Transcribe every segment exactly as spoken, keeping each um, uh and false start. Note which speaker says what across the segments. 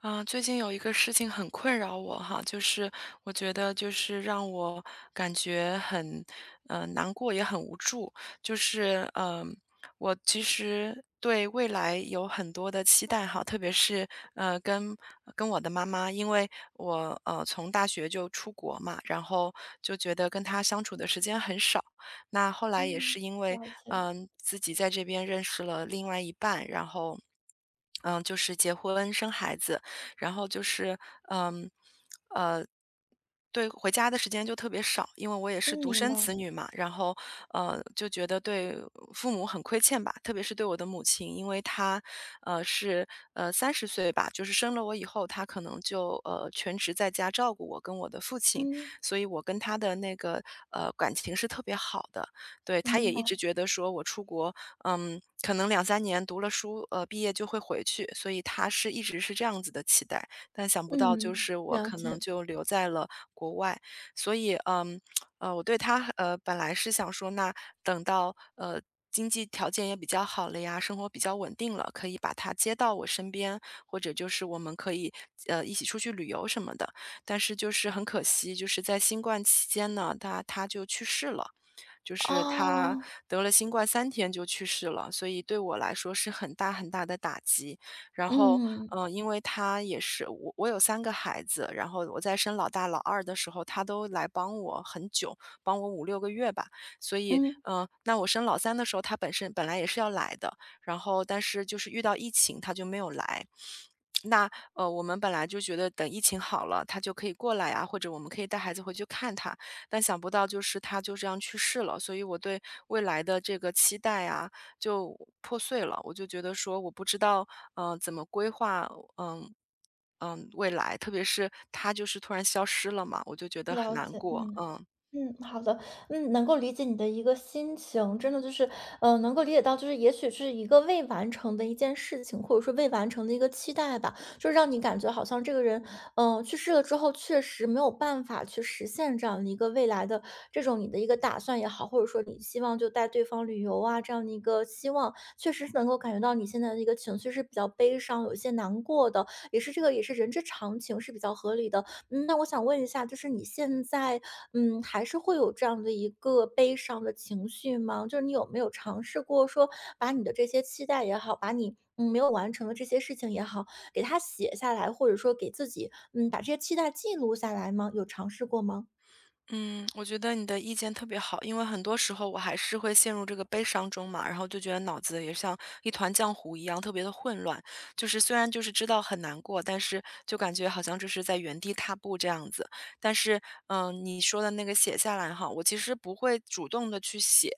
Speaker 1: 啊，呃最近有一个事情很困扰我哈，就是我觉得就是让我感觉很呃难过，也很无助。就是嗯、我其实对未来有很多的期待哈，特别是呃跟跟我的妈妈，因为我呃从大学就出国嘛，然后就觉得跟她相处的时间很少。那后来也
Speaker 2: 嗯，
Speaker 1: 是因为
Speaker 2: 了解。
Speaker 1: 嗯、自己在这边认识了另外一半，然后。嗯，就是结婚生孩子，然后就是，嗯，呃，对，回家的时间就特别少，因为我也是
Speaker 2: 嗯，
Speaker 1: 独
Speaker 2: 明
Speaker 1: 生
Speaker 2: 白。
Speaker 1: 子女嘛，然后呃，就觉得对父母很亏欠吧，特别是对我的母亲，因为她呃是呃三十岁吧，就是生了我以后，她可能就呃全职在家照顾我跟我的父亲，
Speaker 2: 嗯，
Speaker 1: 所以我跟她的那个呃感情是特别好的。对，她
Speaker 2: 明
Speaker 1: 也一直
Speaker 2: 白。
Speaker 1: 觉得说我出国嗯，可能两三年读了书，呃，毕业就会回去，所以他是一直是这样子的期待。但想不到就
Speaker 2: 嗯，
Speaker 1: 是我
Speaker 2: 了
Speaker 1: 可能
Speaker 2: 解。
Speaker 1: 就留在了国外。所以，嗯，呃，我对他，呃，本来是想说那等到，呃，经济条件也比较好了呀，生活比较稳定了，可以把他接到我身边，或者就是我们可以，呃，一起出去旅游什么的。但是就是很可惜，就是在新冠期间呢，他他就去世了。就是他
Speaker 2: 哦。
Speaker 1: 得了新冠三天就去世了，所以对我来说是很大很大的打击。然后，
Speaker 2: 嗯。
Speaker 1: 嗯。呃，因为他也是我我有三个孩子，然后我在生老大老二的时候，他都来帮我很久，帮我五六个月吧。所以，
Speaker 2: 嗯，
Speaker 1: 嗯呃，那我生老三的时候，他本身本来也是要来的，然后但是就是遇到疫情他就没有来。那呃，我们本来就觉得等疫情好了，他就可以过来啊，或者我们可以带孩子回去看他。但想不到就是他就这样去世了，所以我对未来的这个期待啊，就破碎了。我就觉得说，我不知道嗯，怎么规划，嗯嗯，未来，特别是他就是突然消失了嘛，我就觉得很
Speaker 2: 了
Speaker 1: 难
Speaker 2: 解。
Speaker 1: 过，
Speaker 2: 嗯。
Speaker 1: 嗯。
Speaker 2: 嗯，好的。嗯，能够理解你的一个心情，真的就是，呃，能够理解到，就是也许是一个未完成的一件事情，或者说未完成的一个期待吧，就让你感觉好像这个人，嗯、去世了之后，确实没有办法去实现这样的一个未来的这种你的一个打算也好，或者说你希望就带对方旅游啊这样的一个希望，确实是能够感觉到你现在的一个情绪是比较悲伤，有一些难过的，也是这个也是人之常情，是比较合理的。嗯，那我想问一下，就是你现在，嗯，还是会有这样的一个悲伤的情绪吗？就是你有没有尝试过说，把你的这些期待也好，把你嗯没有完成的这些事情也好，给它写下来，或者说给自己嗯把这些期待记录下来吗？有尝试过吗？
Speaker 1: 嗯，我觉得你的意见特别好，因为很多时候我还是会陷入这个悲伤中嘛，然后就觉得脑子也像一团浆糊一样，特别的混乱。就是虽然就是知道很难过，但是就感觉好像就是在原地踏步这样子。但是，嗯，你说的那个写下来哈，我其实不会主动的去写，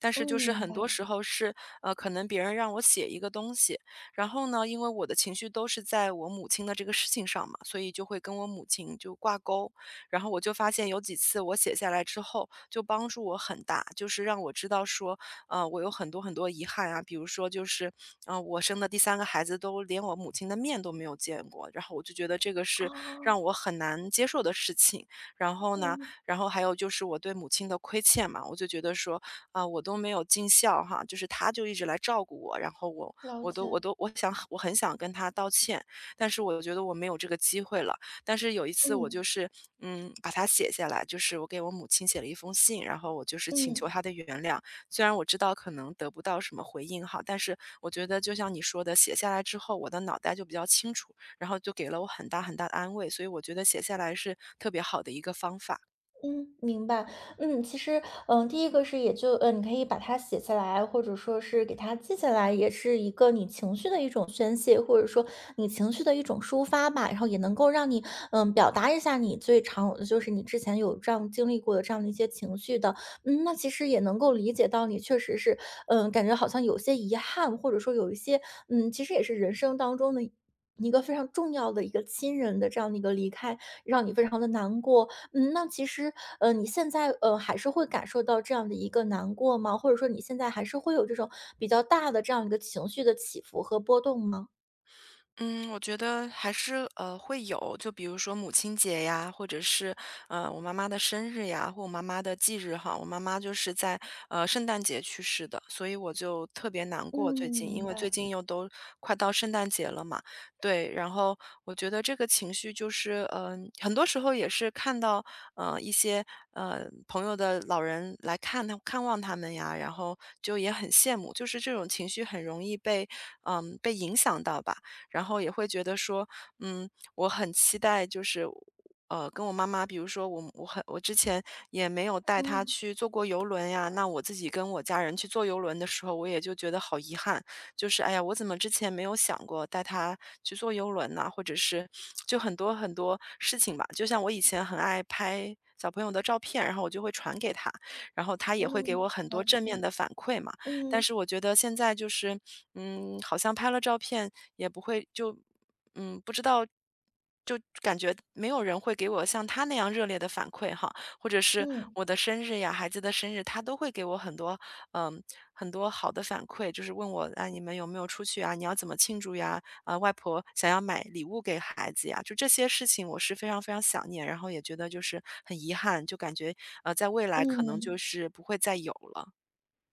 Speaker 1: 但是
Speaker 2: 嗯，
Speaker 1: 就是
Speaker 2: 明
Speaker 1: 很多
Speaker 2: 白。
Speaker 1: 时候是，呃，可能别人让我写一个东西。然后呢，因为我的情绪都是在我母亲的这个事情上嘛，所以就会跟我母亲就挂钩。然后我就发现有几次我写下来之后，就帮助我很大，就是让我知道说，呃，我有很多很多遗憾啊，比如说就是，呃，我生的第三个孩子都连我母亲的面都没有见过，然后我就觉得这个是
Speaker 2: 哦。
Speaker 1: 让我很难接受的事情。然后呢，
Speaker 2: 嗯，
Speaker 1: 然后还有就是我对母亲的亏欠嘛，我就觉得说，啊、我都没有尽孝哈，就是她就一直来照顾我，然后我
Speaker 2: 了
Speaker 1: 我都我
Speaker 2: 解。
Speaker 1: 都我想我很想跟她道歉，但是我觉得我没有这个机会了。但是有一次我就
Speaker 2: 嗯
Speaker 1: 是，嗯，把它写下来，就是我给我母亲写了一封信，然后我就是请
Speaker 2: 嗯。
Speaker 1: 求她的原谅。虽然我知道可能得不到什么回应哈，但是我觉得就像你说的，写下来之后，我的脑袋就比较清楚，然后就给了我很大很大的安慰，所以我觉得写下来是特别好的一个方法。
Speaker 2: 嗯，明白。嗯，其实，嗯，第一个是也就，呃，你可以把它写下来，或者说是给它记下来，也是一个你情绪的一种宣泄，或者说你情绪的一种抒发吧。然后也能够让你，嗯，表达一下你最常，就是你之前有这样经历过的这样的一些情绪的。嗯，那其实也能够理解到你确实是，嗯，感觉好像有些遗憾，或者说有一些，嗯，其实也是人生当中的。一个非常重要的一个亲人的这样的一个离开，让你非常的难过。嗯，那其实，呃，你现在，呃，还是会感受到这样的一个难过吗？或者说你现在还是会有这种比较大的这样一个情绪的起伏和波动吗？
Speaker 1: 嗯，我觉得还是呃会有，就比如说母亲节呀，或者是呃我妈妈的生日呀，或我妈妈的忌日哈。我妈妈就是在呃圣诞节去世的，所以我就特别难过最
Speaker 2: 嗯，
Speaker 1: 近，因
Speaker 2: 明
Speaker 1: 为最
Speaker 2: 白。
Speaker 1: 近又都快到圣诞节了嘛。对，然后我觉得这个情绪就是嗯、呃很多时候也是看到呃一些呃朋友的老人来看他看望他们呀，然后就也很羡慕，就是这种情绪很容易被嗯、被影响到吧。然后也会觉得说，嗯，我很期待就是。呃，跟我妈妈，比如说我我很我之前也没有带她
Speaker 2: 嗯
Speaker 1: 去坐过游轮呀，那我自己跟我家人去坐游轮的时候，我也就觉得好遗憾，就是哎呀，我怎么之前没有想过带她去坐游轮呢？或者是就很多很多事情吧，就像我以前很爱拍小朋友的照片，然后我就会传给他，然后他也会给我
Speaker 2: 嗯，
Speaker 1: 很多
Speaker 2: 了
Speaker 1: 正面
Speaker 2: 解。
Speaker 1: 的反馈嘛。但
Speaker 2: 嗯
Speaker 1: 是我觉得现在就是，嗯，好像拍了照片也不会就嗯，不知道就感觉没有人会给我像他那样热烈的反馈哈，或者是
Speaker 2: 嗯
Speaker 1: 我的生日呀、孩子的生日，他都会给我很多嗯，很多好的反馈，就是问我：“啊，你们有没有出去啊？你要怎么庆祝呀？”啊，外婆想要买礼物给孩子呀，就这些事情我是非常非常想念，然后也觉得就是很遗憾，就感觉，呃，在未来可能就
Speaker 2: 嗯。
Speaker 1: 是不会再有了。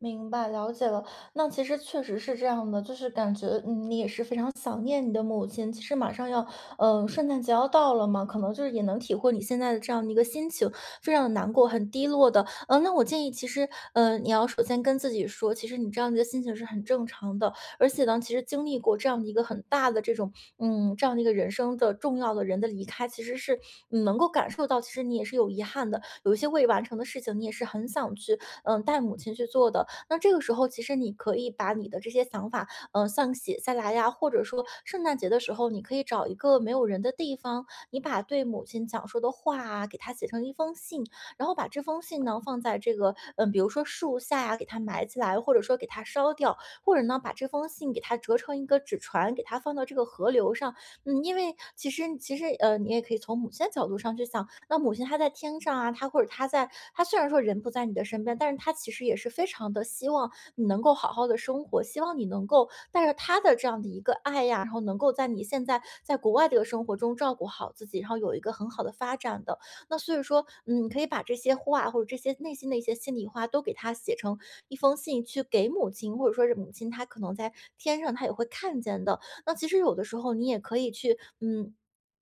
Speaker 2: 明白，了解了。那其实确实是这样的，就是感觉嗯，你也是非常想念你的母亲。其实马上要，嗯、圣诞节要到了嘛，可能就是也能体会你现在的这样的一个心情，非常的难过，很低落的。嗯、那我建议，其实，嗯、你要首先跟自己说，其实你这样的一个心情是很正常的，而且呢，其实经历过这样的一个很大的这种，嗯，这样的一个人生的重要的人的离开，其实是嗯能够感受到，其实你也是有遗憾的，有一些未完成的事情，你也是很想去，嗯、带母亲去做的。那这个时候，其实你可以把你的这些想法，嗯、像写下来呀，或者说圣诞节的时候，你可以找一个没有人的地方，你把对母亲讲说的话啊，给她写成一封信，然后把这封信呢放在这个，嗯，比如说树下呀，给它埋起来，或者说给它烧掉，或者呢把这封信给它折成一个纸船，给它放到这个河流上。嗯，因为其实其实，呃，你也可以从母亲的角度上去想，那母亲她在天上啊，她或者她在她虽然说人不在你的身边，但是她其实也是非常的希望你能够好好的生活，希望你能够带着她的这样的一个爱呀，然后能够在你现在在国外这个生活中照顾好自己，然后有一个很好的发展的。那所以说，嗯，你可以把这些话或者这些内心的一些心里话都给她写成一封信去给母亲，或者说是母亲她可能在天上她也会看见的。那其实有的时候你也可以去，嗯。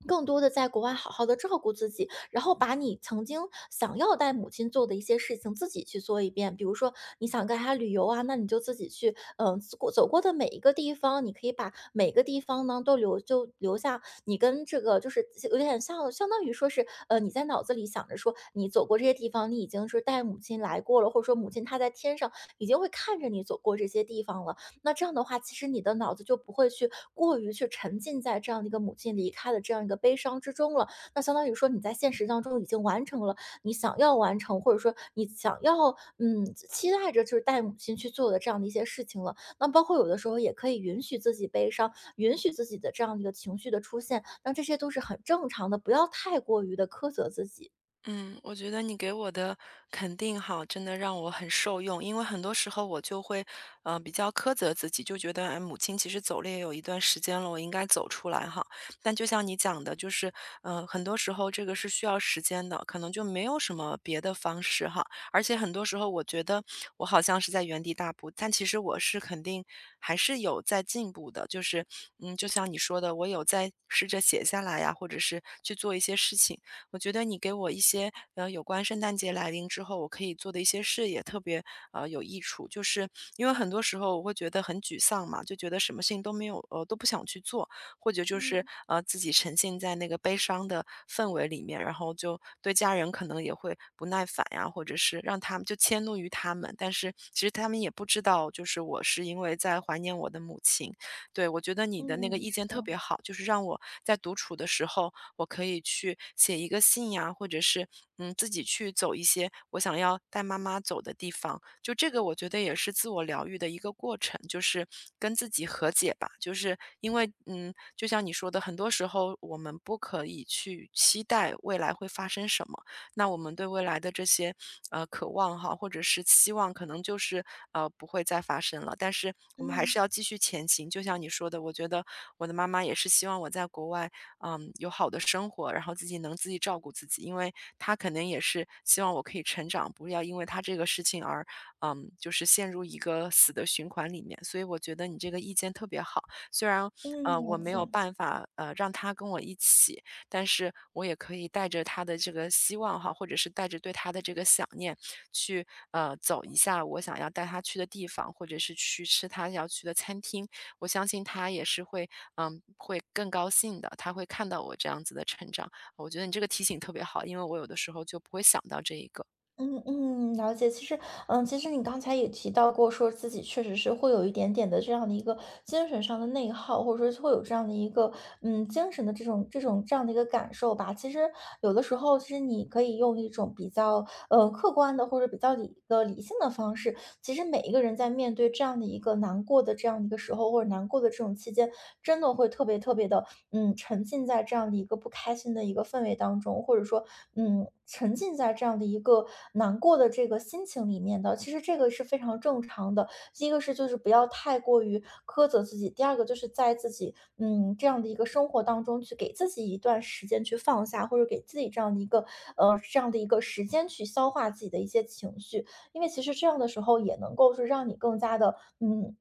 Speaker 2: 更多的在国外好好的照顾自己，然后把你曾经想要带母亲做的一些事情自己去做一遍。比如说你想跟她旅游啊，那你就自己去，嗯、走过走过的每一个地方，你可以把每个地方呢都留就留下你跟这个就是有点像相当于说是，呃，你在脑子里想着说你走过这些地方，你已经是带母亲来过了，或者说母亲她在天上已经会看着你走过这些地方了。那这样的话，其实你的脑子就不会去过于去沉浸在这样的一个母亲离开的这样一个悲伤之中了。那相当于说你在现实当中已经完成了你想要完成，或者说你想要嗯期待着就是带母亲去做的这样的一些事情了。那包括有的时候也可以允许自己悲伤，允许自己的这样的一个情绪的出现，那这些都是很正常的，不要太过于的苛责自己。
Speaker 1: 嗯，我觉得你给我的肯定哈，真的让我很受用。因为很多时候我就会，呃，比较苛责自己，就觉得，哎，母亲其实走了也有一段时间了，我应该走出来哈。但就像你讲的，就是，嗯，很多时候这个是需要时间的，可能就没有什么别的方式哈。而且很多时候我觉得我好像是在原地踏步，但其实我是肯定还是有在进步的。就是，嗯，就像你说的，我有在试着写下来呀，或者是去做一些事情。我觉得你给我一些呃有关圣诞节来临之后我可以做的一些事也特别呃有益处，就是因为很多时候我会觉得很沮丧嘛，就觉得什么事情都没有呃都不想去做，或者就是
Speaker 2: 嗯
Speaker 1: 呃自己沉浸在那个悲伤的氛围里面，然后就对家人可能也会不耐烦呀，或者是让他们就迁怒于他们，但是其实他们也不知道，就是我是因为在怀念我的母亲。对，我觉得你的那个
Speaker 2: 嗯，
Speaker 1: 意
Speaker 2: 是
Speaker 1: 见特
Speaker 2: 的。
Speaker 1: 别好，就是让我在独处的时候我可以去写一个信呀，或者是嗯自己去走一些我想要带妈妈走的地方。就这个，我觉得也是自我疗愈的一个过程，就是跟自己和解吧。就是因为嗯，就像你说的，很多时候我们不可以去期待未来会发生什么，那我们对未来的这些呃渴望哈，或者是期望，可能就是呃不会再发生了。但是我们还是
Speaker 2: 嗯
Speaker 1: 要继续前行。就像你说的，我觉得我的妈妈也是希望我在国外嗯，有好的生活，然后自己能自己照顾自己。因为他肯定也是希望我可以成长，不要因为他这个事情而，嗯，就是陷入一个死的循环里面。所以我觉得你这个意见特别好，虽然
Speaker 2: 嗯，
Speaker 1: 呃我
Speaker 2: 了
Speaker 1: 没有
Speaker 2: 解。
Speaker 1: 办法呃让他跟我一起，但是我也可以带着他的这个希望哈，或者是带着对他的这个想念，去呃走一下我想要带他去的地方，或者是去吃他要去的餐厅。我相信他也是会，嗯，会更高兴的，他会看到我这样子的成长。我觉得你这个提醒特别好，因为我有的时候就不会想到这一个。
Speaker 2: 嗯嗯，了解。其实，嗯，其实你刚才也提到过，说自己确实是会有一点点的这样的一个精神上的内耗，或者说是会有这样的一个，嗯，精神的这种这种这样的一个感受吧。其实有的时候，其实你可以用一种比较，呃，客观的或者比较理的理性的方式，其实每一个人在面对这样的一个难过的这样的一个时候，或者难过的这种期间，真的会特别特别的，嗯，沉浸在这样的一个不开心的一个氛围当中，或者说，嗯，沉浸在这样的一个难过的这个心情里面的。其实这个是非常正常的。第一个是就是不要太过于苛责自己，第二个就是在自己嗯这样的一个生活当中去给自己一段时间去放下，或者给自己这样的一个呃这样的一个时间去消化自己的一些情绪。因为其实这样的时候也能够是让你更加的，嗯，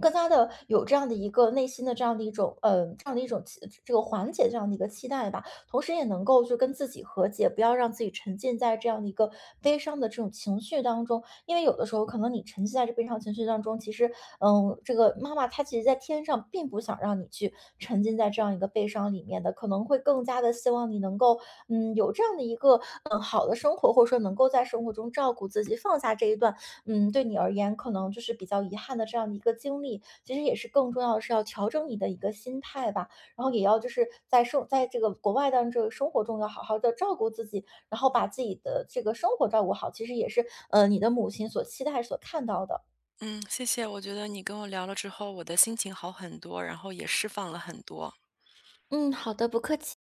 Speaker 2: 更加的有这样的一个内心的这样的一种呃，这样的一种期这个缓解这样的一个期待吧。同时也能够就跟自己和解，不要让自己沉浸在这样的一个悲伤的这种情绪当中，因为有的时候可能你沉浸在这悲伤情绪当中，其实，嗯，这个妈妈她其实在天上并不想让你去沉浸在这样一个悲伤里面的，可能会更加的希望你能够，嗯，有这样的一个，嗯，好的生活，或者说能够在生活中照顾自己，放下这一段，嗯，对你而言可能就是比较遗憾的这样的一个经历。其实也是更重要的是要调整你的一个心态吧。然后也要就是在生在这个国外的这个生活中要好好的照顾自己，然后把自己的这个生活照顾好，其实也是，呃，你的母亲所期待、所看到的。
Speaker 1: 嗯，谢谢。我觉得你跟我聊了之后，我的心情好很多，然后也释放了很多。
Speaker 2: 嗯，好的，不客气。